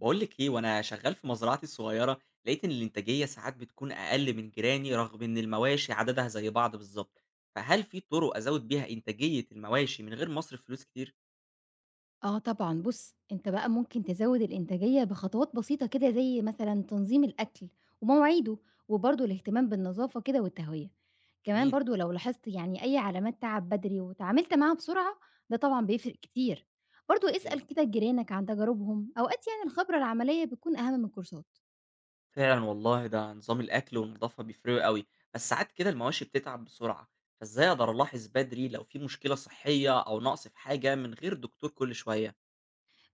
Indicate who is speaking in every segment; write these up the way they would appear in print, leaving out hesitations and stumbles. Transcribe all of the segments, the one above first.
Speaker 1: بقول لك ايه، وانا شغال في مزرعتي الصغيره لقيت ان الانتاجيه ساعات بتكون اقل من جيراني رغم ان المواشي عددها زي بعض بالظبط. فهل في طرق ازود بيها انتاجيه المواشي من غير ما اصرف فلوس كتير؟
Speaker 2: آه طبعًا، بُص، أنت بقى ممكن تزوّد الإنتاجية بخطوات بسيطة كده زي مثلًا تنظيم الأكل ومواعيده، وبرضه الاهتمام بالنضافة كده والتهوية. كمان
Speaker 1: جميل.
Speaker 2: برضه لو لاحظت يعني أي علامات تعب بدري وتعاملت معاها بسرعة، ده طبعًا بيفرق كتير. برضه
Speaker 1: صحيح.
Speaker 2: اسأل كده جيرانك عن تجاربهم، أوقات يعني الخبرة العملية بتكون أهم من الكورسات.
Speaker 1: فعلا والله ده نظام الاكل والنظافه بيفرقوا قوي، بس ساعات كده المواشي بتتعب بسرعه. فازاي اقدر الاحظ بدري لو في مشكله صحيه او نقص في حاجه من غير دكتور كل شويه؟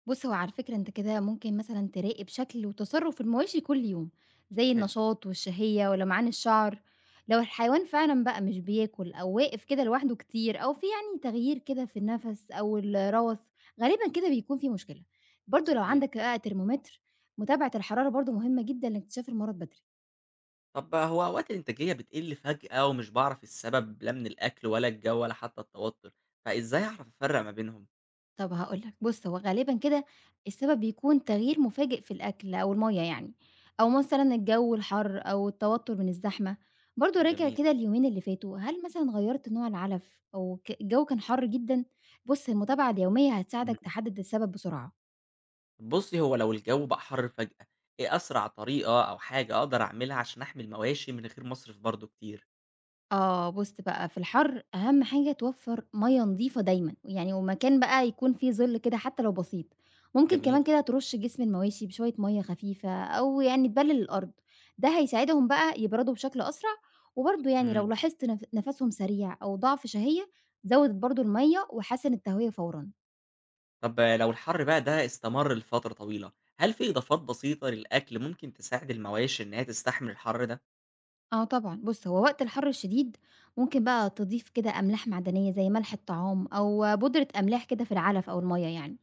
Speaker 2: بُص، هو على فكرة أنت كده ممكن مثلًا تراقب شكل وتصرُّف المواشي كل يوم، زي
Speaker 1: حلو.
Speaker 2: النشاط والشهية ولمعان الشعر، لو الحيوان فعلًا بقى مش بياكل أو واقف كده لوحده كتير أو في يعني تغيير كده في النَفَس أو الروث، غالبًا كده بيكون في مشكلة، برضه لو
Speaker 1: صحيح.
Speaker 2: عندك بقى ترمومتر، متابعة الحرارة برضه مهمة جدًا لاكتشاف المرض بدري.
Speaker 1: طب هو أوقات الإنتاجية بتقل فجأة ومش باعرف السبب لا من الأكل ولا الجو ولا حتى التوتر، فإزاي أعرف أفرق ما بينهم؟
Speaker 2: طب هاقول لك، بُص هو غالبًا كده السبب بيكون تغيير مفاجئ في الأكل أو المَيّة يعني، أو مثلًا الجو الحَر أو التوتر من الزحمة، برضه راجع
Speaker 1: جميل.
Speaker 2: كده اليومين اللي فاتوا، هل مثلًا غيّرت نوع العَلَف أو الجو كان حَر جدًا؟ بُص المتابعة اليومية
Speaker 1: مم.
Speaker 2: هتساعدك تحدد السبب بسرعة.
Speaker 1: بصي هو لو الجو بقى حر فجأة، إيه أسرع طريقة أو حاجة أقدر أعملها عشان أحمي المواشي من غير مصرف برضه كتير؟
Speaker 2: آه، بُص بقى في الحَر أهم حاجة توفّر مَيّة نضيفة دايمًا، يعني ومكان بقى يكون فيه ظِل كده حتى لو بسيط، ممكن كمان
Speaker 1: جميل.
Speaker 2: كده ترُش جسم المواشي بشوية مَيّة خفيفة أو يعني تبلل الأرض، ده هيساعدهم بقى يبردوا بشكل أسرع، وبرضه يعني لو
Speaker 1: مم.
Speaker 2: لاحظت نَفَسهم سريع أو ضعف شهية زوّد برضه المَيّة وحسّن التهوية فورًا.
Speaker 1: طب لو الحر بقى ده استمر لفترة طويلة، هل في إضافات بسيطة للأكل ممكن تساعد المواشي إنها تستحمل الحر ده؟
Speaker 2: آه طبعًا، بُص هو وقت الحَر الشديد ممكن بقى تضيف كده أملاح معدنية زي ملح الطعام أو بودرة أملاح كده في العلف أو المَيّة يعني،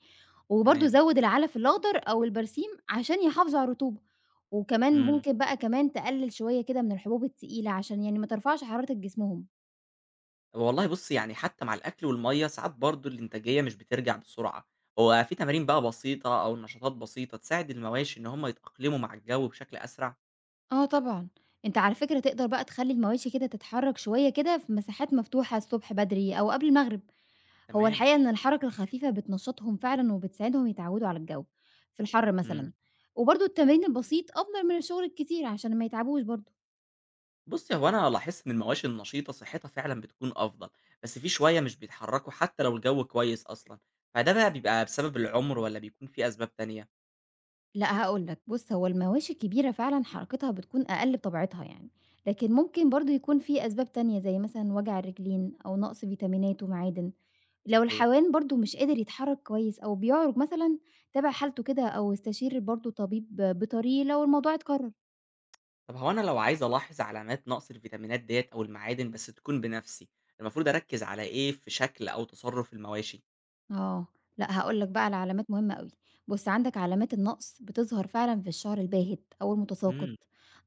Speaker 2: وبرضه
Speaker 1: تمام.
Speaker 2: زوّد العلف الأخضر أو البرسيم عشان يحافظوا على الرطوبة، وكمان
Speaker 1: مم.
Speaker 2: ممكن بقى كمان تقلّل شوية كده من الحبوب التقيلة عشان يعني ما ترفعش حرارة جسمهم.
Speaker 1: والله بُصّي، يعني حتى مع الأكل والمَيّة ساعات برضه الإنتاجية مش بترجع بسرعة. هو في تمارين بقى بسيطة أو نشاطات بسيطة تساعد المواشي إن هم يتأقلموا مع الجو بشكل أسرع؟
Speaker 2: آه طبعًا، أنت على فكرة تقدر بقى تخلّي المواشي كده تتحرّك شوية كده في مساحات مفتوحة الصبح بدري أو قبل المغرب، هو
Speaker 1: تمام.
Speaker 2: الحقيقة إن الحركة الخفيفة بتنشّطهم فعلًا وبتساعدهم يتعوّدوا على الجو في الحَر
Speaker 1: إمم.
Speaker 2: مثلًا، وبرضه التمرين البسيط أفضل من الشغل الكتير عشان ما يتعبوش برضه.
Speaker 1: بُصّي، هو أنا لاحظت إن المواشي النشيطة صحتها فعلًا بتكون أفضل، بس في شوية مش بيتحركوا حتى لو الجو كويس أصلًا، فده بقى بيبقى بسبب العُمر والّا بيكون في أسباب تانية؟
Speaker 2: لأ هاقول لك، بُص هو المواشي الكبيرة فعلًا حركتها بتكون أقل بطبيعتها يعني، لكن ممكن برضه يكون في أسباب تانية زي مثلًا وجع الرجلين أو نقص فيتامينات ومعادن، لو
Speaker 1: صحيح.
Speaker 2: الحيوان برضه مش قادر يتحرك كويس أو بيعرج مثلًا تابع حالته كده أو استشير برضه طبيب بيطري لو الموضوع اتكرر.
Speaker 1: طب هو أنا لو عايز ألاحظ علامات نقص الفيتامينات ديّة أو المعادن بس تكون بنَفْسي، المفروض أركّز على إيه في شكل أو تصرُّف المواشي؟
Speaker 2: آه، لأ هاقول لك بقى على علامات مهمة أوي، بُص عندك علامات النقص بتظهر فعلًا في الشعر الباهت أو المتساقط،
Speaker 1: إمم.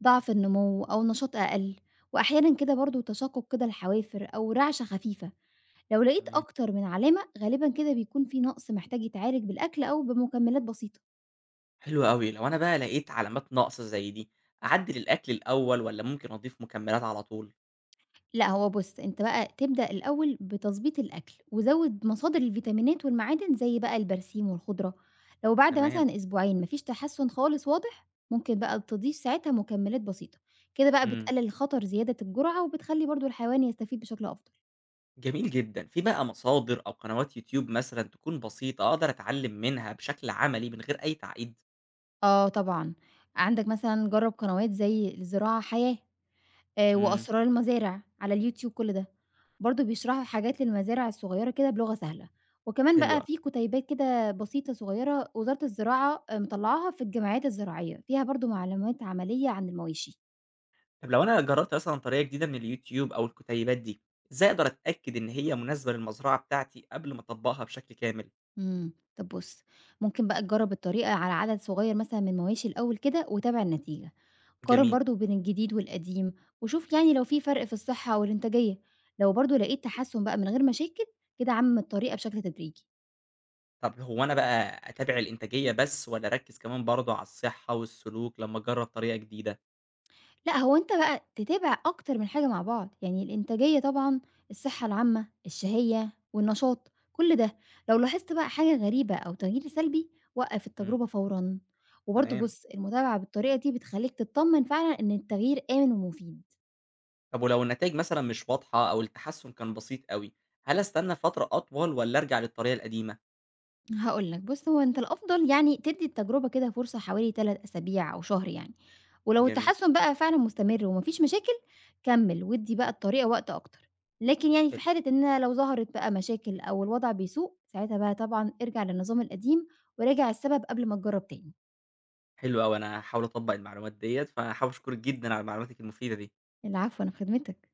Speaker 2: ضعف النمو أو نشاط أقل، وأحيانًا كده برضه تشقق كده الحوافر أو رعشة خفيفة. لو لقيت
Speaker 1: تمام.
Speaker 2: أكتر من علامة غالبًا كده بيكون في نقص محتاج يتعالج بالأكل أو بمكملات بسيطة.
Speaker 1: حلو أوي، لو أنا بقى لقيت علامات نقص زي دي، أعدِّل الأكل الأول والّا ممكن أضيف مكملات على طول؟
Speaker 2: لأ، هو بُص، أنت بقى تبدأ الأول بتضبيط الأكل، وزوِّد مصادر الفيتامينات والمعادن زي بقى البرسيم والخضرة. لو بعد
Speaker 1: تمام.
Speaker 2: مثلًا أسبوعين ما فيش تحسُّن خالص واضح، ممكن بقى تضيف ساعتها مكملات بسيطة. كده بقى
Speaker 1: إمم.
Speaker 2: بتقلل خطر زيادة الجرعة، وبتخلّي برضه الحيوان يستفيد بشكل أفضل.
Speaker 1: جميل جدًا، في بقى مصادر أو قنوات يوتيوب مثلًا تكون بسيطة أقدر أتعلم منها بشكل عملي من غير أي تعقيد؟
Speaker 2: آه طبعًا، عندك مثلًا جرّب قنوات زي الزراعة حياة.
Speaker 1: إمم.
Speaker 2: وأسرار المزارع على الYouTube كل ده، برضه بيشرحوا حاجات للمزارع الصغيرة كده بلغة سهلة، وكمان
Speaker 1: حلو
Speaker 2: بقى
Speaker 1: أوي،
Speaker 2: في كُتيبات كده بسيطة صغيرة وزارة الزراعة مطلّعاها في الجمعيات الزراعية، فيها برضه معلومات عملية عن المواشي.
Speaker 1: طب لو أنا جربت مثلًا طريقة جديدة من اليوتيوب أو الكتيبات دي، إزاي أقدر أتأكد إن هي مناسبة للمزرعة بتاعتي قبل ما أطبّقها بشكل كامل؟
Speaker 2: طب بُص، ممكن بقى تجرّب الطريقة على عدد صغير مثلًا من المواشي الأول كده وتابع النتيجة، قارن
Speaker 1: جميل.
Speaker 2: برضه بين الجديد والقديم وشوف يعني لو في فرق في الصحة أو الإنتاجية، لو برضه لقيت تحسُّن بقى من غير مشاكل كده عَمّم الطريقة بشكل تدريجي.
Speaker 1: طب هو أنا بقى أتابع الإنتاجية بس والّا أركز كمان برضه على الصحة والسلوك لمّا أجرب طريقة جديدة؟
Speaker 2: لأ، هو أنت بقى تتابع أكتر من حاجة مع بعض، يعني الإنتاجية طبعًا، الصحة العامة، الشهية، والنشاط، كل ده. لو لاحظت بقى حاجة غريبة أو تغيير سلبي، وقّف
Speaker 1: إمم.
Speaker 2: التجربة فورًا. وبرضه
Speaker 1: تمام.
Speaker 2: بُص، المتابعة بالطريقة دي بتخلّيك تتطمن فعلًا إن التغيير آمن ومفيد.
Speaker 1: طب ولو النتايج مثلًا مش واضحة أو التحسُّن كان بسيط أوي، هل أستنى فترة أطول والّا أرجع للطريقة القديمة؟
Speaker 2: هاقول لك، بُص هو أنت الأفضل يعني تدّي التجربة كده فرصة حوالي 3 أسابيع أو شهر يعني، ولو
Speaker 1: جميل.
Speaker 2: التحسن بقى فعلًا مستمر وما فيش مشاكل كمّل وادّي بقى الطريقة وقت أكتر، لكن يعني في
Speaker 1: حلو.
Speaker 2: حالة إن لو ظهرت بقى مشاكل أو الوضع بيسوء ساعتها بقى طبعًا ارجع للنظام القديم وراجع السبب قبل ما تجرّب تاني.
Speaker 1: حلو أوي، أنا هاحاول أطبّق المعلومات ديّة، فحابب أشكرِك جدًا على معلوماتِك المفيدة دي.
Speaker 2: العفو، أنا في خدمتك.